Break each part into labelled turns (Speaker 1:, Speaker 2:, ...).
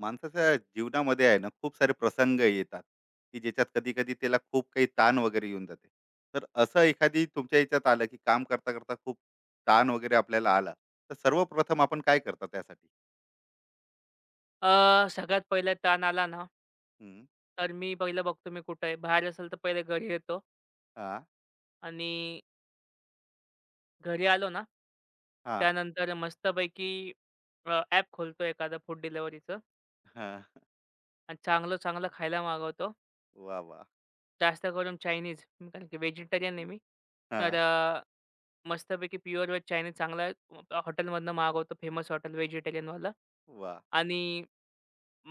Speaker 1: माणसाच्या जीवनामध्ये आहे ना, खूप सारे प्रसंग येतात, की ज्याच्यात कधी कधी त्याला खूप काही ताण वगैरे येऊन जाते. तर असं एखादी तुमच्या याच्यात आलं, की काम करता करता खूप ताण वगैरे आपल्याला आला, तर सर्वप्रथम आपण काय करता त्यासाठी?
Speaker 2: सगळ्यात पहिला ताण आला ना
Speaker 1: हम्म.
Speaker 2: तर मी पहिलं बघतो मी कुठे आहे. बाहेर असेल तर पहिले घरी येतो
Speaker 1: हा.
Speaker 2: आणि घरी आलो ना,
Speaker 1: हा.
Speaker 2: त्यानंतर मस्तपैकी ॲप खोलतो एखादं फूड डिलिव्हरीचं
Speaker 1: हा.
Speaker 2: आणि चांगलं-चांगलं खायला मागवतो.
Speaker 1: वा, वा.
Speaker 2: जास्त करून चायनीज कारण की व्हेजिटेरियन आहे मी. तर
Speaker 1: हा.
Speaker 2: मस्तपैकी प्युअर व्हेज चायनीज चांगलं हॉटेलमधनं मागवतो फेमस हॉटेल व्हेजिटेरियनवालं
Speaker 1: वा.
Speaker 2: आणि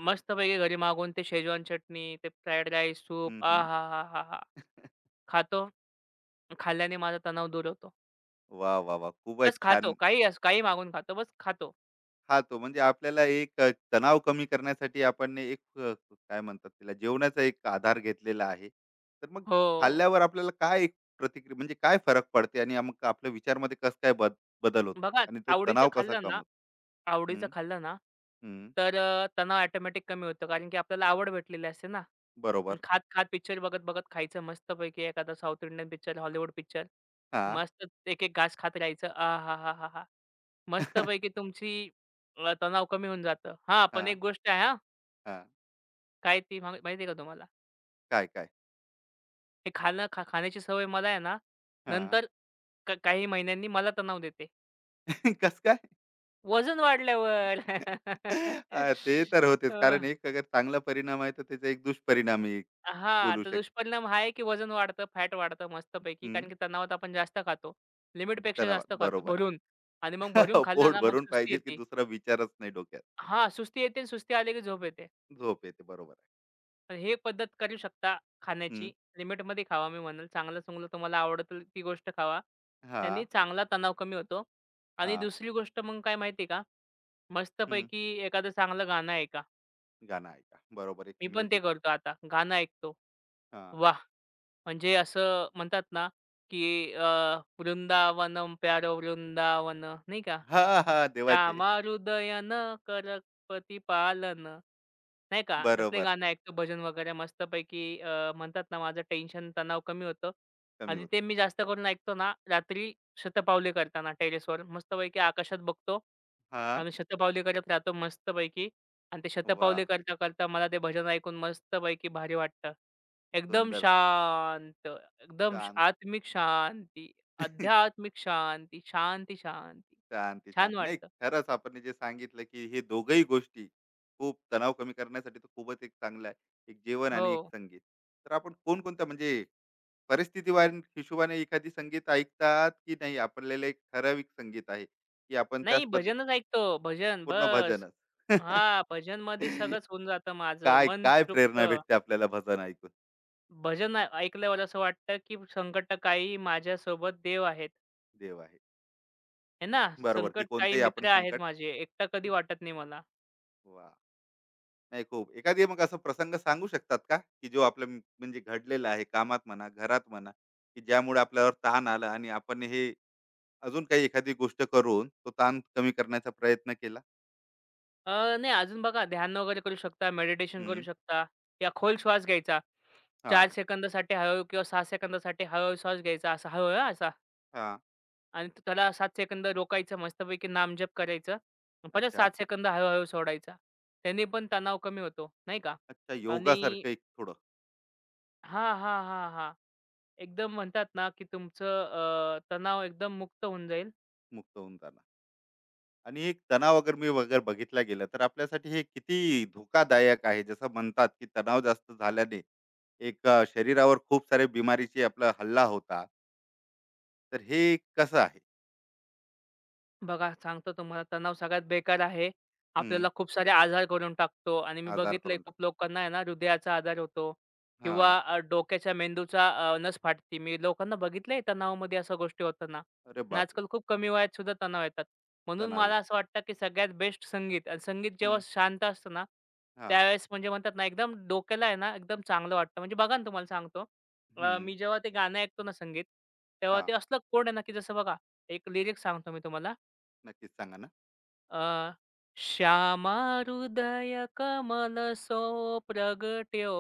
Speaker 2: मस्तपैकी घरी मागवून ते शेजवान चटणी, ते फ्राईड राईस,
Speaker 1: हम्म.
Speaker 2: सूप
Speaker 1: हम्म.
Speaker 2: आहाहाहा! खातो. खाल्ल्याने माझा तणाव दूर होतो.
Speaker 1: वा, वा, वा,
Speaker 2: बस
Speaker 1: खूपच
Speaker 2: खातो.
Speaker 1: छान.
Speaker 2: काही असो, काही मागून खातो. बस खातो.
Speaker 1: खातो. म्हणजे आपल्याला एक, तणाव कमी करण्यासाठी आपण ने एक, काय म्हणतात त्याला, जेवणाचा एक आधार घेतलेला आहे. तर मग
Speaker 2: हो.
Speaker 1: खाल्ल्यावर आपल्याला काय एक प्रतिक्रिया, म्हणजे काय फरक पडते आणि मग आपल्या विचारमध्ये कसं काय बदल होतात
Speaker 2: बघा
Speaker 1: आणि तो
Speaker 2: आवडीचं
Speaker 1: तणाव कसा
Speaker 2: खाल्लं
Speaker 1: कम
Speaker 2: ना
Speaker 1: होतो?
Speaker 2: आवडीचं
Speaker 1: हं.
Speaker 2: खाल्लं ना,
Speaker 1: हं.
Speaker 2: तर तणाव ऑटोमॅटिक कमी होतो. कारण की आपल्याला आवड भेटलेली असते ना. आणि
Speaker 1: बरोबर.
Speaker 2: खात-खात, पिक्चर बघत-बघत खायचं मस्तपैकी एखादा south Indian picture, Hollywood picture.
Speaker 1: हां.
Speaker 2: मस्त एक-एक घास खात राहायचं. आहाहाहा! मस्तपैकी तुमची तणाव कमी होऊन जातं. हां, पण
Speaker 1: हां,
Speaker 2: एक गोष्ट आहे हां,
Speaker 1: हां.
Speaker 2: काय ती माहिती आहे का तुम्हाला?
Speaker 1: काय, काय?
Speaker 2: हे खाणं खा खाण्याची सवय मला आहे ना,
Speaker 1: हां.
Speaker 2: नंतर का काही महिन्यांनी मला तणाव देते.
Speaker 1: कसं काय?
Speaker 2: वजन वाढल्यावर.
Speaker 1: ते तर होतेच. कारण
Speaker 2: अ,
Speaker 1: एक अगर चांगला परिणाम आहे, तर त्याचा एक दुष्परिणामही
Speaker 2: हां,
Speaker 1: बोलू
Speaker 2: तर
Speaker 1: शकतो.
Speaker 2: दुष्परिणाम हा आहे की वजन वाढतं, फॅट वाढतं मस्तपैकी.
Speaker 1: हं.
Speaker 2: कारण की तणावात आपण जास्त खातो. लिमिटपेक्षा
Speaker 1: तणावात.
Speaker 2: जास्त खातो
Speaker 1: बरोबर.
Speaker 2: भरून आणि मग भरून खाल्लं
Speaker 1: पोट
Speaker 2: ना, मग
Speaker 1: भरून
Speaker 2: सुस्ती
Speaker 1: पाहिजे, की
Speaker 2: येते.
Speaker 1: दुसरा विचारच नाही डोक्यात.
Speaker 2: हां, सुस्ती येते आणि सुस्ती आली की झोप येते.
Speaker 1: झोप येते, बरोबर आहे.
Speaker 2: तर हे पद्धत करू शकता
Speaker 1: हं.
Speaker 2: खाण्याची. लिमिटमध्ये खावा मी म्हणेल. चांगलं-चांगलं तुम्हाला आवडतं ती गोष्ट खावा. त्यांनी
Speaker 1: हां,
Speaker 2: चांगला तणाव कमी होतो आणि
Speaker 1: हां.
Speaker 2: दुसरी गोष्ट मग काय माहिती आहे का?
Speaker 1: हं.
Speaker 2: मस्तपैकी एखादं चांगलं गाणं ऐका.
Speaker 1: गाणं ऐका. बरोबर, एक
Speaker 2: मी पण ते
Speaker 1: म्युझिक.
Speaker 2: करतो आता. गाणं ऐकतो.
Speaker 1: हां.
Speaker 2: वाह! म्हणजे असं म्हणतात ना, की वृंदावनम प्यारो वृंदावन नाही का?
Speaker 1: हां, हां. देवाचे.
Speaker 2: श्यामा हृदयन करपती पालन. नाही का, तसले
Speaker 1: बरोबर,
Speaker 2: गाणे ऐकतो भजन वगैरे मस्तपैकी म्हणतात ना माझं टेन्शन तणाव कमी होतं
Speaker 1: कमी
Speaker 2: आणि
Speaker 1: होतं.
Speaker 2: ते मी जास्त करून ऐकतो ना रात्री शतपावली करताना टेरेसवर मस्तपैकी आकाशात बघतो
Speaker 1: हां.
Speaker 2: आणि शतपावली करत राहतो मस्तपैकी आणि ते शतपावली
Speaker 1: वाह!
Speaker 2: करता करता मला ते भजन ऐकून मस्तपैकी भारी वाटतं. एकदम
Speaker 1: सुंदर.
Speaker 2: शांत, एकदम श
Speaker 1: शांत.
Speaker 2: आत्मिक शांती, आध्यात्मिक शांती, शांती, शांती.
Speaker 1: शांती,
Speaker 2: छान
Speaker 1: शांती. नाही,
Speaker 2: वाटतं.
Speaker 1: खरंच आपण जे सांगितलं, की हे दोघंही गोष्टी खूप तणाव कमी करण्यासाठी तर खूपच एक चांगलं आहे. एक जेवण
Speaker 2: हो.
Speaker 1: आणि एक संगीत. तर आपण कोणकोणत्या म्हणजे परिस्थितीवार हिशोबाने एखादी संगीत ऐकतात, की नाही आपल्याला एक ठराविक संगीत आहे, की आपण त्याच
Speaker 2: नाही
Speaker 1: पद्धत.
Speaker 2: भजनच ऐकतो. भजन
Speaker 1: पूर्ण
Speaker 2: बस.
Speaker 1: भजनच.
Speaker 2: हां, भजनमध्ये सगळंच होऊन जातं माझं.
Speaker 1: काय
Speaker 2: मन
Speaker 1: काय
Speaker 2: तृप्त.
Speaker 1: प्रेरणा भेटते आपल्याला भजन ऐकून?
Speaker 2: भजन ऐ ऐकल्यावर असं वाटतं, की संकट काळी माझ्यासोबत देव आहेत.
Speaker 1: देव आहे.
Speaker 2: आहे ना?
Speaker 1: बरोबर, की
Speaker 2: संकट काळी
Speaker 1: कोणतेही आपण
Speaker 2: मित्र आहेत
Speaker 1: संकट.
Speaker 2: माझे. एकटा कधी वाटत नाही मला.
Speaker 1: वा. नाही, खूप एखादी मग असं प्रसंग सांगू शकतात का, की जो आपल्या म्हणजे घडलेला आहे, कामात म्हणा, घरात म्हणा, की ज्यामुळे आपल्यावर ताण आला आणि आपण हे अजून काही एखादी गोष्ट करून तो ताण कमी करण्याचा प्रयत्न केला?
Speaker 2: नाही अजून बघा ध्यान वगैरे करू शकता, मेडिटेशन करू
Speaker 1: हम्म.
Speaker 2: शकता या खोल श्वास घ्यायचा.
Speaker 1: हा.
Speaker 2: 4 सेकंदासाठी हळू किंवा 6 सेकंदासाठी हळू श्वास घ्यायचा. असा हळू हां, असा.
Speaker 1: हा.
Speaker 2: आणि त्याला 7 सेकंद रोकायचं मस्तपैकी नामजप करायचं. आणि परत
Speaker 1: अच्छा.
Speaker 2: 7 सेकंद हळू-हळू सोडायचा. त्याने पण तणाव कमी होतो, नाही का?
Speaker 1: अच्छा,
Speaker 2: आणि
Speaker 1: योगासारखं एक थोडं.
Speaker 2: हां. एकदम म्हणतात ना, की तुमचं तणाव एकदम मुक्त होऊन जाईल.
Speaker 1: मुक्त होऊन जाणं. आणि एक तणाव अगर मी वगैरे बघितला गेला तर आपल्यासाठी हे किती धोकादायक आहे. जसं म्हणतात, की तणाव जास्त झाल्याने एक, शरीरावर खूप सारे बिमारीची आपला हल्ला होता. तर हे कसं आहे?
Speaker 2: बघा, सांगतो तुम्हाला तणाव सगळ्यात बेकार आहे.
Speaker 1: हं.
Speaker 2: आपल्याला खूप सारे आजार करून टाकतो आणि मी
Speaker 1: आजार
Speaker 2: बघितलंय
Speaker 1: करून टाक.
Speaker 2: खूप लोकांना आहे ना हृदयाचा आजार होतो
Speaker 1: हां.
Speaker 2: किंवा डोक्याच्या मेंदूचा नस फाटते. मी लोकांना बघितलंय तणावामध्ये अशा गोष्टी होताना
Speaker 1: अरे
Speaker 2: आणि
Speaker 1: बापरे!
Speaker 2: आजकाल खूप कमी वयात सुद्धा तणाव येतात. म्हणून
Speaker 1: तणाव
Speaker 2: मला
Speaker 1: येतो.
Speaker 2: असं वाटतं, की सगळ्यात बेस्ट संगीत आणि संगीत जेव्हा
Speaker 1: हं.
Speaker 2: शांत असतं ना,
Speaker 1: हां.
Speaker 2: त्यावेळेस म्हणजे म्हणतात ना एकदम डोक्याला आहे ना एकदम चांगलं वाटतं. म्हणजे बघा ना तुम्हाला सांगतो.
Speaker 1: हं.
Speaker 2: मी जेव्हा ते गाणं ऐकतो ना संगीत, तेव्हा
Speaker 1: हां.
Speaker 2: ते असलं कोड आहे ना, की जसं बघा, एक लिरिक्स सांगतो मी तुम्हाला.
Speaker 1: नक्कीच सांगा ना?
Speaker 2: अ, श्यामाहृदय कमल सो प्रगट्यो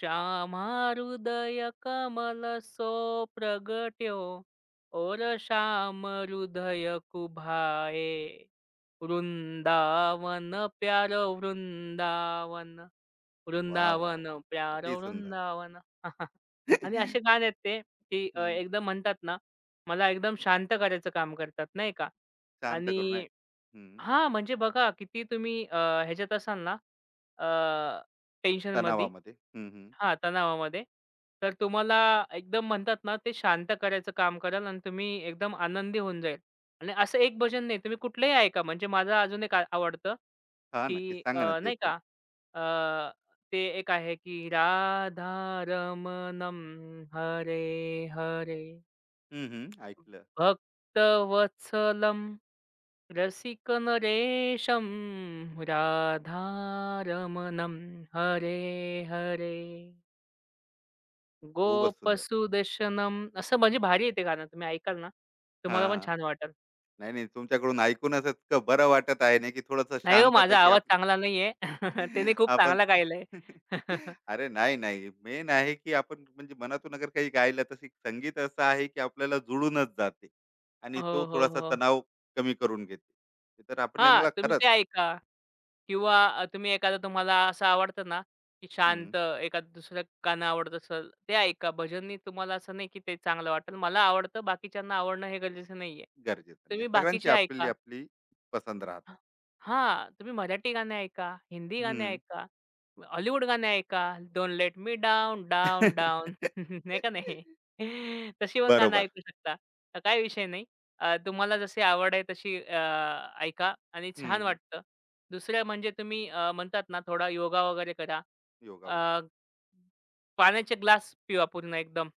Speaker 2: श्यामाहृदय कमल सो प्रगट्यो और श्याम हृदय कुभाए वृंदावन प्यारो वृंदावन
Speaker 1: वाह! वाह!
Speaker 2: वृंदावन
Speaker 1: वाह! अति
Speaker 2: प्यारो
Speaker 1: सुंदर.
Speaker 2: वृंदावन. आणि असे गाणे आहेत ते की
Speaker 1: हं.
Speaker 2: एकदम म्हणतात ना मला एकदम शांत करायचं काम करतात नाही का.
Speaker 1: शांत करून
Speaker 2: आणि
Speaker 1: ऐक. हं.
Speaker 2: हां, म्हणजे बघा किती तुम्ही ह्याच्यात असाल ना अ, टेन्शनमध्ये,
Speaker 1: तणावामध्ये. हं, हं.
Speaker 2: हां, तणावामध्ये, तर तुम्हाला एकदम म्हणतात ना ते शांत करायचं काम कराल आणि तुम्ही एकदम आनंदी होऊन जाईल. आणि असं एक भजन नाही तुम्ही कुठलंही ऐका म्हणजे माझं अजून एक आवडतं,
Speaker 1: हां, नक्कीच
Speaker 2: की
Speaker 1: सांगा ना ते
Speaker 2: नाही
Speaker 1: पण.
Speaker 2: का अ, ते एक आहे की राधा रमणं हरे हरे
Speaker 1: हं, हं. ऐकलं.
Speaker 2: भक्तवत्सलम् रसिकन रेशम राधारमणम हरे हरे
Speaker 1: खूपच सुंदर.
Speaker 2: गोपसुदर्शनम असं म्हणजे भारी आहे गाणं तुम्ही ऐकाल ना
Speaker 1: हां,
Speaker 2: तुम्हाला पण
Speaker 1: हां.
Speaker 2: छान वाटेल.
Speaker 1: नाही, नाही, तुमच्याकडून ऐकूनच इतकं बरं वाटत आहे ना, की थोडंसं
Speaker 2: नाही हो माझा
Speaker 1: शांतपैकी
Speaker 2: आवाज चांगला नाहीये. त्याने खूप
Speaker 1: आपण.
Speaker 2: चांगला गायलंय.
Speaker 1: अरे नाही, नाही. मेन आहे, की आपण म्हणजे मनातून अगर काही गायलं, तर संगीत असं आहे, की आपल्याला जुळूनच जाते आणि तो
Speaker 2: हो, हो,
Speaker 1: थोडासा
Speaker 2: हो.
Speaker 1: तणाव कमी करून घेते. ते तर आपण हे
Speaker 2: हां,
Speaker 1: मला
Speaker 2: तुम्ही
Speaker 1: खरंच.
Speaker 2: ते ऐका किंवा तुम्ही एखादा तुम्हाला असं आवडतं ना, की
Speaker 1: हं,
Speaker 2: शांत एखादं दुसरं गाणं आवडत असेल, ते ऐका. भजननी तुम्हाला असं नाही, की ते चांगलं वाटेल. मला आवडतं, बाकीच्यांना आवडणं हे गरजेचं नाहीये.
Speaker 1: गरजेचं नाही.
Speaker 2: तुम्ही
Speaker 1: सगळ्यांची
Speaker 2: बाकीचे
Speaker 1: आपली,
Speaker 2: ऐका.
Speaker 1: आपली पसंत राहतात.
Speaker 2: हां, हां, तुम्ही मराठी गाणे ऐका, हिंदी गाणे
Speaker 1: हं.
Speaker 2: ऐका, हॉलिवूड गाणे ऐका. Don't let me down, down, down. नाही का नाही? तशी पण गाणं
Speaker 1: बरोबर.
Speaker 2: ऐकू शकता. काही विषय नाही. तुम्हाला जशी आवड आहे तशी ऐका आणि
Speaker 1: हं,
Speaker 2: छान
Speaker 1: हं.
Speaker 2: वाटतं. दुसरं म्हणजे तुम्ही म्हणतात ना थोडा योगा वगैरे करा.
Speaker 1: योगा
Speaker 2: अ,
Speaker 1: वगैरे.
Speaker 2: पाण्याचे ग्लास पिवा पूर्ण एकदम.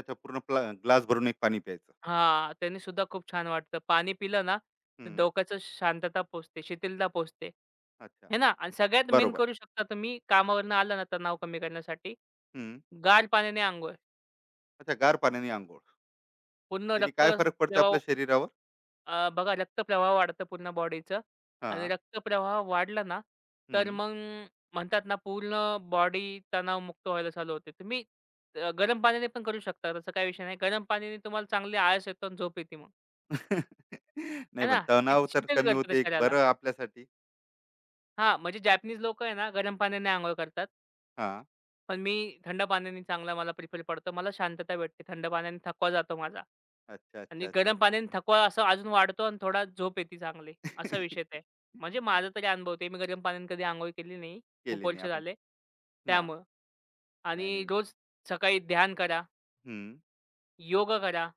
Speaker 1: अच्छा, पूर्ण ग्लास भरून एक पाणी प्यायचं.
Speaker 2: हां, त्यानी सुद्धा खूप छान वाटतं. पाणी पिलं ना, तर
Speaker 1: हं,
Speaker 2: डोक्याचं शांतता पोचते, शिथिलता पोचते.
Speaker 1: अच्छा.
Speaker 2: हे ना? आणि सगळ्यात मेन
Speaker 1: बरोबर.
Speaker 2: करू शकता तुम्ही कामावरनं आला ना तणाव कमी करण्यासाठी,
Speaker 1: हं.
Speaker 2: गार पाण्याने अंघोळ.
Speaker 1: अच्छा, गार पाण्याने अंघोळ.
Speaker 2: पूर्ण
Speaker 1: त्याने
Speaker 2: रक्त
Speaker 1: काय फरक पडते
Speaker 2: प्रवाह
Speaker 1: आपल्या शरीरावर?
Speaker 2: बघा रक्तप्रवाह वाढतं पूर्ण बॉडीचं आणि
Speaker 1: हां.
Speaker 2: रक्तप्रवाह वाढला ना,
Speaker 1: हं.
Speaker 2: तर मग म्हणतात ना पूर्ण बॉडी तणावमुक्त व्हायला चालू होते. तुम्ही गरम पाण्याने पण करू शकता. तसा काही विषय नाही. गरम पाण्याने तुम्हाला चांगली आळस येतो आणि झोप येते मग.
Speaker 1: नाही,
Speaker 2: आहे
Speaker 1: पण
Speaker 2: ना?
Speaker 1: तणाव तर
Speaker 2: शिथिल
Speaker 1: कमी
Speaker 2: करतं ते
Speaker 1: होते, एक
Speaker 2: शरीराला.
Speaker 1: बरं आपल्यासाठी.
Speaker 2: हां, म्हणजे जॅपनीज लोकं आहे ना, गरम पाण्याने अंघोळ करतात.
Speaker 1: हां.
Speaker 2: पण मी थंड पाण्याने चांगला मला प्रिफर पडतो. मला शांतता भेटते. थंड पाण्याने थकवा जातो माझा
Speaker 1: अच्छा,
Speaker 2: आणि
Speaker 1: अच्छा, अच्छा.
Speaker 2: गरम पाण्याने थकवा असा अजून वाढतो आणि थोडा झोप येते चांगली, असा विषय ते. म्हणजे माझा तरी अनुभव ते. मी गरम पाण्याने कधी अंघोळ केली नाही. खूप
Speaker 1: केले नाही
Speaker 2: वर्ष
Speaker 1: आपण.
Speaker 2: झाले.
Speaker 1: हां.
Speaker 2: त्यामुळं
Speaker 1: नाही, नाही,
Speaker 2: आणि
Speaker 1: नाही.
Speaker 2: रोज सकाळी ध्यान करा,
Speaker 1: हं.
Speaker 2: योगा करा.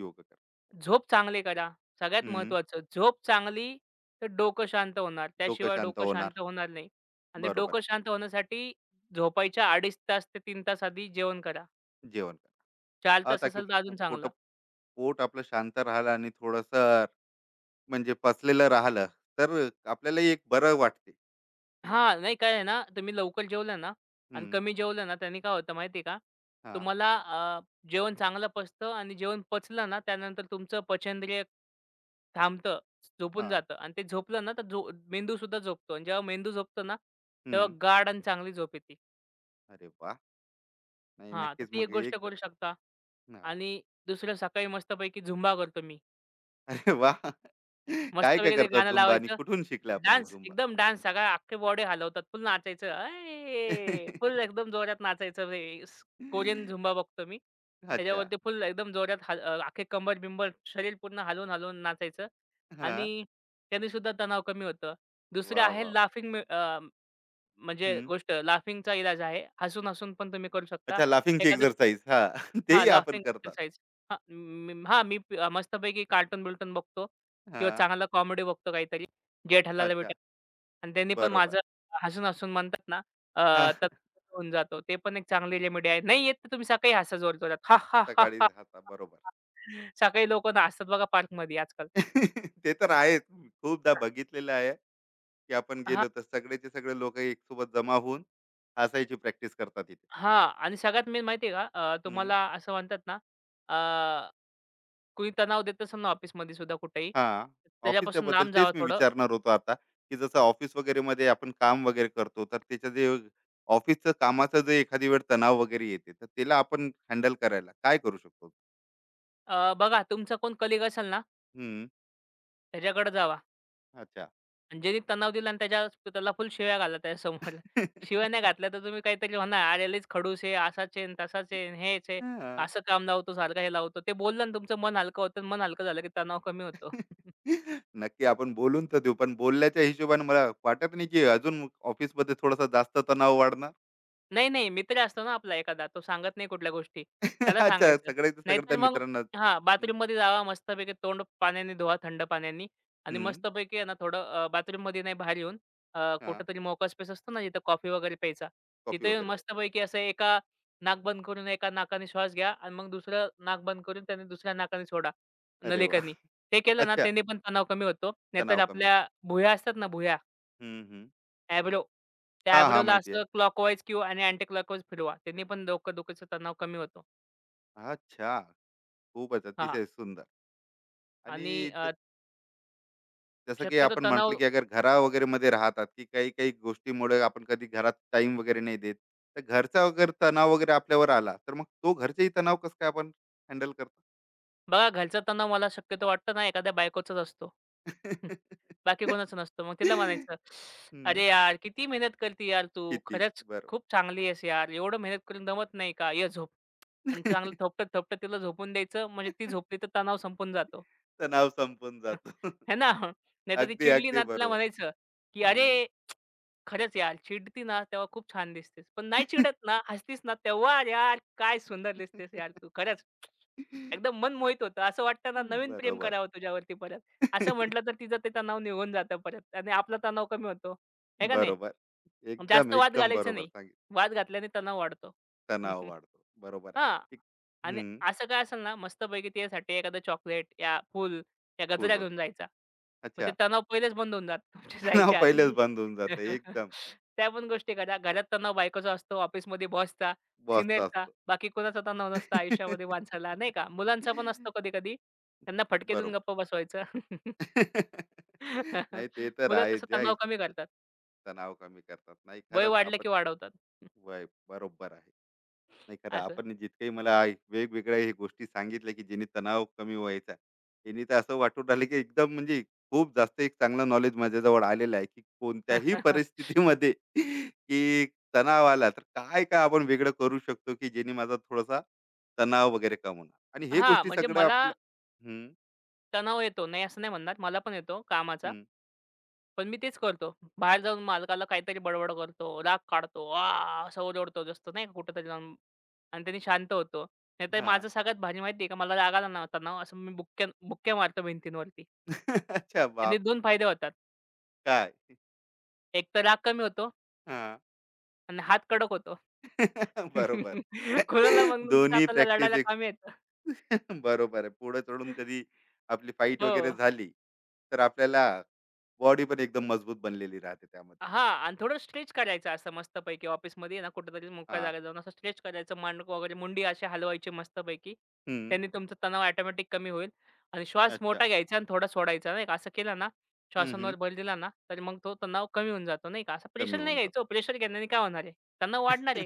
Speaker 1: योग करा.
Speaker 2: झोप चांगली करा. सगळ्यात
Speaker 1: हं.
Speaker 2: महत्त्वाचं. झोप चांगली तर डोकं शांत होणार.
Speaker 1: डोकं
Speaker 2: त्याशिवाय
Speaker 1: शांत
Speaker 2: डोकं
Speaker 1: होणार.
Speaker 2: शांत होणार नाही आणि
Speaker 1: बरोबर
Speaker 2: डोकं
Speaker 1: आहे.
Speaker 2: शांत होण्यासाठी झोपायच्या 2.5 तास ते 3 तास आधी जेवण करा.
Speaker 1: जेवण करा.
Speaker 2: 4 तास
Speaker 1: आता की
Speaker 2: असेल तर
Speaker 1: पो
Speaker 2: अजून
Speaker 1: पोट
Speaker 2: चांगलं.
Speaker 1: पोट आपलं शांत राहिलं आणि थोडंसं म्हणजे पचलेलं राहिलं, तर आपल्यालाही एक बरं वाटते.
Speaker 2: हां, नाही काय आहे ना, तुम्ही लवकर जेवल्या ना आणि
Speaker 1: हं.
Speaker 2: कमी जेवलं ना, त्याने काय होतं माहिती आहे का?
Speaker 1: हां,
Speaker 2: तुम्हाला जेवण चांगलं पचतं आणि जेवण पचलं ना, त्यानंतर तुमचं पचनक्रिया थांबतं, झोपून
Speaker 1: हां.
Speaker 2: जातं आणि ते झोपलं ना, तर मेंदूसुद्धा झोपतो आणि जेव्हा मेंदू झोपतो ना, तेव्हा
Speaker 1: हं.
Speaker 2: गाढ आणि चांगली झोप येते.
Speaker 1: अरे वाह! नाही,
Speaker 2: हां, तर
Speaker 1: नक्कीच
Speaker 2: ती एक
Speaker 1: मग
Speaker 2: गोष्ट
Speaker 1: एकदा.
Speaker 2: करू शकता
Speaker 1: हां.
Speaker 2: आणि दुसरं सकाळी मस्तपैकी झुंबा करतो मी.
Speaker 1: अरे वाह! काय-काय
Speaker 2: मस्तपैकी ते
Speaker 1: करतात
Speaker 2: गाणं
Speaker 1: झुंबा आणि
Speaker 2: लावायचं.
Speaker 1: कुठून शिकल्या आपण हे
Speaker 2: डान्स,
Speaker 1: झुंबा?
Speaker 2: एकदम डान्स सगळा अख्खी बॉडी हलवतात. फुल नाचायचं. अये! फुल एकदम जोरात नाचायचं. ते स कोरियन झुंबा बघतो मी.
Speaker 1: अच्छा.
Speaker 2: त्याच्यावरती फुल एकदम जोरात अख्खे कंबर-बिंबर शरीर पूर्ण हलवून-हलवून नाचायचं आणि
Speaker 1: हां.
Speaker 2: त्याने सुद्धा तणाव कमी होतं. दुसरं
Speaker 1: वाह!
Speaker 2: आहे
Speaker 1: वाह!
Speaker 2: लाफिंग म्हणजे
Speaker 1: हं.
Speaker 2: गोष्ट लाफिंगचा इलाज आहे. हसून-हसून पण तुम्ही करू शकता.
Speaker 1: अच्छा, लाफिंगची
Speaker 2: एखादं
Speaker 1: एक्सरसाइज. हां.
Speaker 2: हां,
Speaker 1: तेही आपण
Speaker 2: लाफिंग
Speaker 1: करतात.
Speaker 2: एक्सरसाइज. हां, मी मस्तपैकी कार्टून-बिल्टून बघतो किंवा
Speaker 1: हां.
Speaker 2: चांगला कॉमेडी बघतो काहीतरी. जेठालाल
Speaker 1: अच्छा.
Speaker 2: बेटा आणि त्यांनी पण
Speaker 1: बरोबर.
Speaker 2: माझं हसून-हसून म्हणतात ना अ,
Speaker 1: हां.
Speaker 2: तर होऊन जातो. ते पण एक चांगली रेमेडी आहे. नाही येत तर तुम्ही सकाळी हसा जोरजोरात. हां, हां, हां,
Speaker 1: सकाळी
Speaker 2: हां,
Speaker 1: जाता बरोबर.
Speaker 2: हां. सकाळी लोकं ना हसतात बघा पार्कमध्ये आजकाल.
Speaker 1: ते तर
Speaker 2: हां,
Speaker 1: आहेच. खूपदा बघितलेलं आहे, की आपण गेलो
Speaker 2: हां.
Speaker 1: तर सगळेचे सगळे लोकं एकसोबत जमा होऊन हसायची प्रॅक्टिस करतात तिथे.
Speaker 2: हां. आणि सगळ्यात मेन माहिती आहे का, तुम्हाला असं म्हणतात ना, अ, कोणी तणाव देत असेल ना ऑफिसमध्ये सुद्धा कुठेही,
Speaker 1: हां, ऑफिसच्या
Speaker 2: त्याच्यापासून
Speaker 1: बद्दल
Speaker 2: लांब
Speaker 1: तेच
Speaker 2: जावा
Speaker 1: मी
Speaker 2: थोडं.
Speaker 1: विचारणार होतो आता, की जसं ऑफिस वगैरेमध्ये आपण काम वगैरे करतो, तर त्याचं जे ऑफिसचं कामाचं जे एखादी वेळ तणाव वगैरे येते, तर त्याला आपण हँडल करायला काय करू शकतो?
Speaker 2: बघा तुमचा कोण कलीग असेल ना,
Speaker 1: हं,
Speaker 2: त्याच्याकडे जावा
Speaker 1: अच्छा.
Speaker 2: आणि ज्यानी तणाव दिला आणि त्याला फुल शिव्या घाला त्याच्यासमोर. शिव्या नाही घातल्या तर तुम्ही काहीतरी म्हणा, "अरे लईच खडूस आहे, असाच आहे आणि तसाच आहे आणि हेच आहे,
Speaker 1: हां.
Speaker 2: असं काम लावतो, सारखं हे लावतो." ते बोललं ना तुमचं मन हलकं होतं मन हलकं झालं की तणाव कमी होतो.
Speaker 1: नक्की आपण बोलून तर देऊ, पण बोलल्याच्या हिशोबाने मला वाटत नाही, की अजून ऑफिसमध्ये थोडासा जास्त तणाव वाढणार.
Speaker 2: नाही, नाही. मित्र असतो ना आपला एखादा, तो सांगत नाही कुठल्या गोष्टी. त्याला
Speaker 1: अच्छा,
Speaker 2: सांगायचं.
Speaker 1: सगळ्याचं सगळं त्या
Speaker 2: नाहीतर मग
Speaker 1: मित्रांना.
Speaker 2: हां,
Speaker 1: हं,
Speaker 2: बाथरूममध्ये जावा, मस्तपैकी तोंड पाण्याने धुवा, थंड पाण्याने आणि
Speaker 1: हं,
Speaker 2: मस्तपैकी आहे ना थोडं बाथरूममध्ये नाही बाहेर येऊन
Speaker 1: हां,
Speaker 2: कुठेतरी मोकळा स्पेस असतो ना, जिथं कॉफी वगैरे प्यायचा.
Speaker 1: कॉफी
Speaker 2: तिथे येऊन
Speaker 1: वगैरे प्या.
Speaker 2: मस्तपैकी असं एका नाक बंद करून एका नाकाने श्वास घ्या आणि मग दुसरं नाक बंद करून त्याने दुसऱ्या नाकाने सोडा,
Speaker 1: अरे वाह!
Speaker 2: नलिकांनी. ते केलं ना,
Speaker 1: अच्छा,
Speaker 2: त्याने पण तणाव कमी होतो. नाहीतर
Speaker 1: तणाव कमी होतो.
Speaker 2: आपल्या भुया असतात ना, भुया
Speaker 1: हं, हं.
Speaker 2: टॅब्रो.
Speaker 1: हां, हां.
Speaker 2: टॅब्रोला
Speaker 1: माहिती
Speaker 2: असं
Speaker 1: आहे.
Speaker 2: क्लॉकवाईज किंवा आणि अँटी क्लॉकवाईज फिरवा. त्यांनी पण डोकं-दुखीचा तणाव कमी होतो.
Speaker 1: अच्छा. खूपच
Speaker 2: हां.
Speaker 1: अतिशय सुंदर. आणि
Speaker 2: आणि
Speaker 1: ज जसं की
Speaker 2: शक्यतो
Speaker 1: आपण म्हटलं,
Speaker 2: तणाव
Speaker 1: की अगर घरा वगैरे मध्ये राहतात, की काही-काही गोष्टीमुळे आपण कधी घरात टाईम वगैरे नाही देत, तर घरचा वगैरे तणाव वगैरे आपल्यावर आला, तर मग तो घरचाही तणाव कसं काय आपण हँडल करतो?
Speaker 2: बघा घरचा तणाव मला शक्यतो वाटतं ना एखाद्या बायकोचाच असतो. हं. बाकी कोणाचा नसतो. मग तिला म्हणायचं,
Speaker 1: हं.
Speaker 2: "अरे यार, किती मेहनत करते यार तू.
Speaker 1: किती
Speaker 2: खरंच
Speaker 1: बरोबर.
Speaker 2: खूप चांगली आहेस यार. एवढं मेहनत करून दमत नाही का? ये झोप." आणि चांगलं थोपटत-थोपटत तिला झोपून द्यायचं. म्हणजे ती झोपली तर तणाव संपून जातो.
Speaker 1: तणाव संपून जातो.
Speaker 2: है ना? नाहीतर ती
Speaker 1: अगदी,
Speaker 2: चिडली
Speaker 1: अगदी
Speaker 2: ना तिला
Speaker 1: बरोबर.
Speaker 2: म्हणायचं, की "अरे
Speaker 1: हं.
Speaker 2: खरंच यार, चिडती ना तेव्हा खूप छान दिसतेस. पण नाही चिडत ना, हसतीस ना, तेव्हा यार काय सुंदर दिसतेस यार तू खरंच. एकदम मन मोहित होतं. असं वाटतं ना नवीन प्रेम
Speaker 1: बरोबर.
Speaker 2: करावं तुझ्यावरती परत. असं म्हटलं तर तिचं ते तणाव निघून जातं परत आणि आपला तणाव कमी होतो. आहे का नाही?
Speaker 1: बरोबर. एकदम,
Speaker 2: जास्त वाद
Speaker 1: एकदम
Speaker 2: घालायचा
Speaker 1: बरोबर
Speaker 2: नाही.
Speaker 1: सांगितलं.
Speaker 2: वाद घातल्याने तणाव वाढतो.
Speaker 1: तणाव वाढतो. बरोबर आहे.
Speaker 2: हां.
Speaker 1: एक.
Speaker 2: आणि
Speaker 1: हं.
Speaker 2: असं काय असेल ना, मस्तपैकी त्यासाठी एखादं चॉकलेट या फूल या
Speaker 1: फूल
Speaker 2: गजऱ्या
Speaker 1: वगैरे.
Speaker 2: घेऊन जायचा. मग ते
Speaker 1: अच्छा.
Speaker 2: तणाव पहिलेच बंद होऊन जातं तुमच्या
Speaker 1: तणाव
Speaker 2: जायच्या
Speaker 1: पहिलेच
Speaker 2: आधी.
Speaker 1: बंद होऊन जातं. एकदम.
Speaker 2: त्या पण गोष्टी करा. घरात तणाव बायकोचा असतो, ऑफिसमध्ये बॉसचा,
Speaker 1: बॉसचा
Speaker 2: सीनियरचा.
Speaker 1: असतो.
Speaker 2: बाकी कोणाचा तणाव नसतो आयुष्यामध्ये माणसाला नाही का? मुलांचा पण असतो कधी-कधी. त्यांना फटके देऊन
Speaker 1: बरोबर.
Speaker 2: गप्प बसवायचं.
Speaker 1: नाही, ते तर
Speaker 2: मुलं
Speaker 1: आहे.
Speaker 2: तसं
Speaker 1: ज्या
Speaker 2: तणाव कमी करतात.
Speaker 1: तणाव कमी करतात. नाही,
Speaker 2: वय
Speaker 1: खरंच
Speaker 2: वाढलं
Speaker 1: आपण.
Speaker 2: की वाढवतात.
Speaker 1: वय बरोबर आहे. नाही, खरं
Speaker 2: असं.
Speaker 1: आपण जितकंही मला वेगवेगळ्या हे गोष्टी सांगितल्या, की जेणे तणाव कमी व्हायचा त्यांनी, तर असं वाटून राहिलं, की एकदम म्हणजे खूप जास्त एक चांगलं नॉलेज माझ्याजवळ आलेलं आहे, की कोणत्याही परिस्थितीमध्ये की तणाव आला तर काय काय आपण वेगळं करू शकतो, की जेणे माझा थोडासा तणाव वगैरे कम होणार आणि हे
Speaker 2: हां,
Speaker 1: गोष्टी
Speaker 2: म्हणजे
Speaker 1: सगळं
Speaker 2: मला
Speaker 1: आपलं. हम्म.
Speaker 2: तणाव येतो. नाही असं नाही म्हणणार. मला पण येतो कामाचा.
Speaker 1: हम्म.
Speaker 2: पण मी तेच करतो. बाहेर जाऊन मालकाला काहीतरी बडबड करतो, राग काढतो, "आ!" असं ओरडतो जसं नाही का कुठेतरी जाऊन आणि त्याने शांत होतो. नाहीतर
Speaker 1: हा.
Speaker 2: माझं सगळ्यात भारी माहिती आहे का मला राग आला ना तणाव असं मी बुक्क्या बुक्क्या मारतो भिंतींवरती.
Speaker 1: अच्छा,
Speaker 2: त्याने
Speaker 1: बाप.
Speaker 2: 2 फायदे होतात.
Speaker 1: काय?
Speaker 2: एक तर राग कमी होतो
Speaker 1: हा.
Speaker 2: आणि हात कडक होतो.
Speaker 1: बरोबर.
Speaker 2: कुणाला मग नंतर
Speaker 1: दोन्ही
Speaker 2: आपल्याला
Speaker 1: प्रॅक्टिस.
Speaker 2: लढायला कामी येतं.
Speaker 1: बरोबर आहे. पुढे चढून कधी आपली फाईट
Speaker 2: हो.
Speaker 1: वगैरे झाली, तर आपल्याला बॉडी पण एकदम मजबूत बनलेली राहते त्यामध्ये.
Speaker 2: हां आणि थोडं स्ट्रेच करायचं असं मस्तपैकी ऑफिसमध्ये आहे ना कुठेतरी मोकळ्या
Speaker 1: हां.
Speaker 2: जागेत जाऊन असं स्ट्रेच करायचं मांडकं वगैरे मुंडी अशी हलवायची मस्तपैकी.
Speaker 1: हं.
Speaker 2: त्यांनी तुमचा तणाव ऑटोमॅटिक कमी होईल आणि श्वास
Speaker 1: अच्छा.
Speaker 2: मोठा घ्यायचा आणि थोडा सोडायचा नाही का. असं केलं ना,
Speaker 1: हं, हं.
Speaker 2: श्वासांवर भर दिला ना, तर मग तो तणाव कमी होऊन जातो नाही का. असं
Speaker 1: कमी
Speaker 2: प्रेशर नाही
Speaker 1: होऊन जातो.
Speaker 2: घ्यायचं हो. प्रेशर घेण्याने काय होणार आहे? तणाव वाढणार आहे.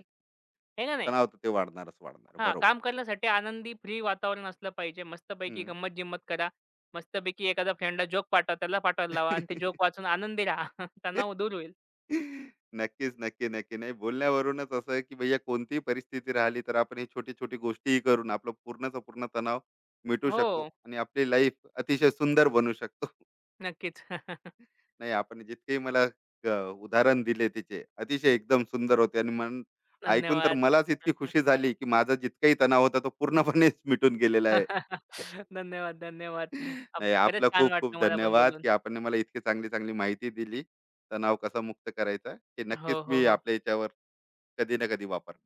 Speaker 2: आहे का नाही?
Speaker 1: तणाव तर ते वाढणारच वाढणार.
Speaker 2: हां,
Speaker 1: बरोबर.
Speaker 2: काम करण्यासाठी आनंदी फ्री वातावरण असलं पाहिजे. मस्तपैकी
Speaker 1: हं.
Speaker 2: गंमत-जंमत करा. मस्तपैकी एखादा फ्रेंडला जोक पाठवा, त्याला पाठवायला लावा आणि ते जोक वाचून आनंदी राहा. तणाव दूर होईल.
Speaker 1: नक्कीच, नक्की, नक्की. नाही, बोलण्यावरूनच असं आहे, की भैय्या, कोणतीही परिस्थिती राहिली, तर आपण हे छोटी-छोटी गोष्टीही करून आपलं पूर्णचा पूर्ण तणाव मिटू
Speaker 2: हो.
Speaker 1: शकतो आणि आपली लाईफ अतिशय सुंदर बनू शकतो.
Speaker 2: नक्कीच.
Speaker 1: नाही, आपण जितकेही मला अ, उदाहरण दिले तिचे अतिशय एकदम सुंदर होते आणि मन ऐकून तर
Speaker 2: धन्यवाद.
Speaker 1: मलाच इतकी खुशी झाली, की माझा जितकाही तणाव होता तो पूर्णपणेच मिटून गेलेला आहे.
Speaker 2: धन्यवाद, धन्यवाद. आप
Speaker 1: नाही,
Speaker 2: खरंच
Speaker 1: आपला
Speaker 2: छान
Speaker 1: खूप खूप
Speaker 2: वाटलं मला पण
Speaker 1: धन्यवाद,
Speaker 2: बोलून.
Speaker 1: की आपण मला इतकी चांगली चांगली माहिती दिली. तणाव कसा मुक्त करायचा हे नक्कीच
Speaker 2: हो, हो,
Speaker 1: मी
Speaker 2: हो.
Speaker 1: आपल्या याच्यावर कधी ना कधी वापरणार.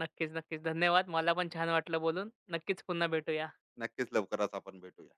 Speaker 2: नक्कीच, नक्कीच. धन्यवाद. मला पण छान वाटलं बोलून. नक्कीच पुन्हा भेटूया.
Speaker 1: नक्कीच लवकरच आपण भेटूया.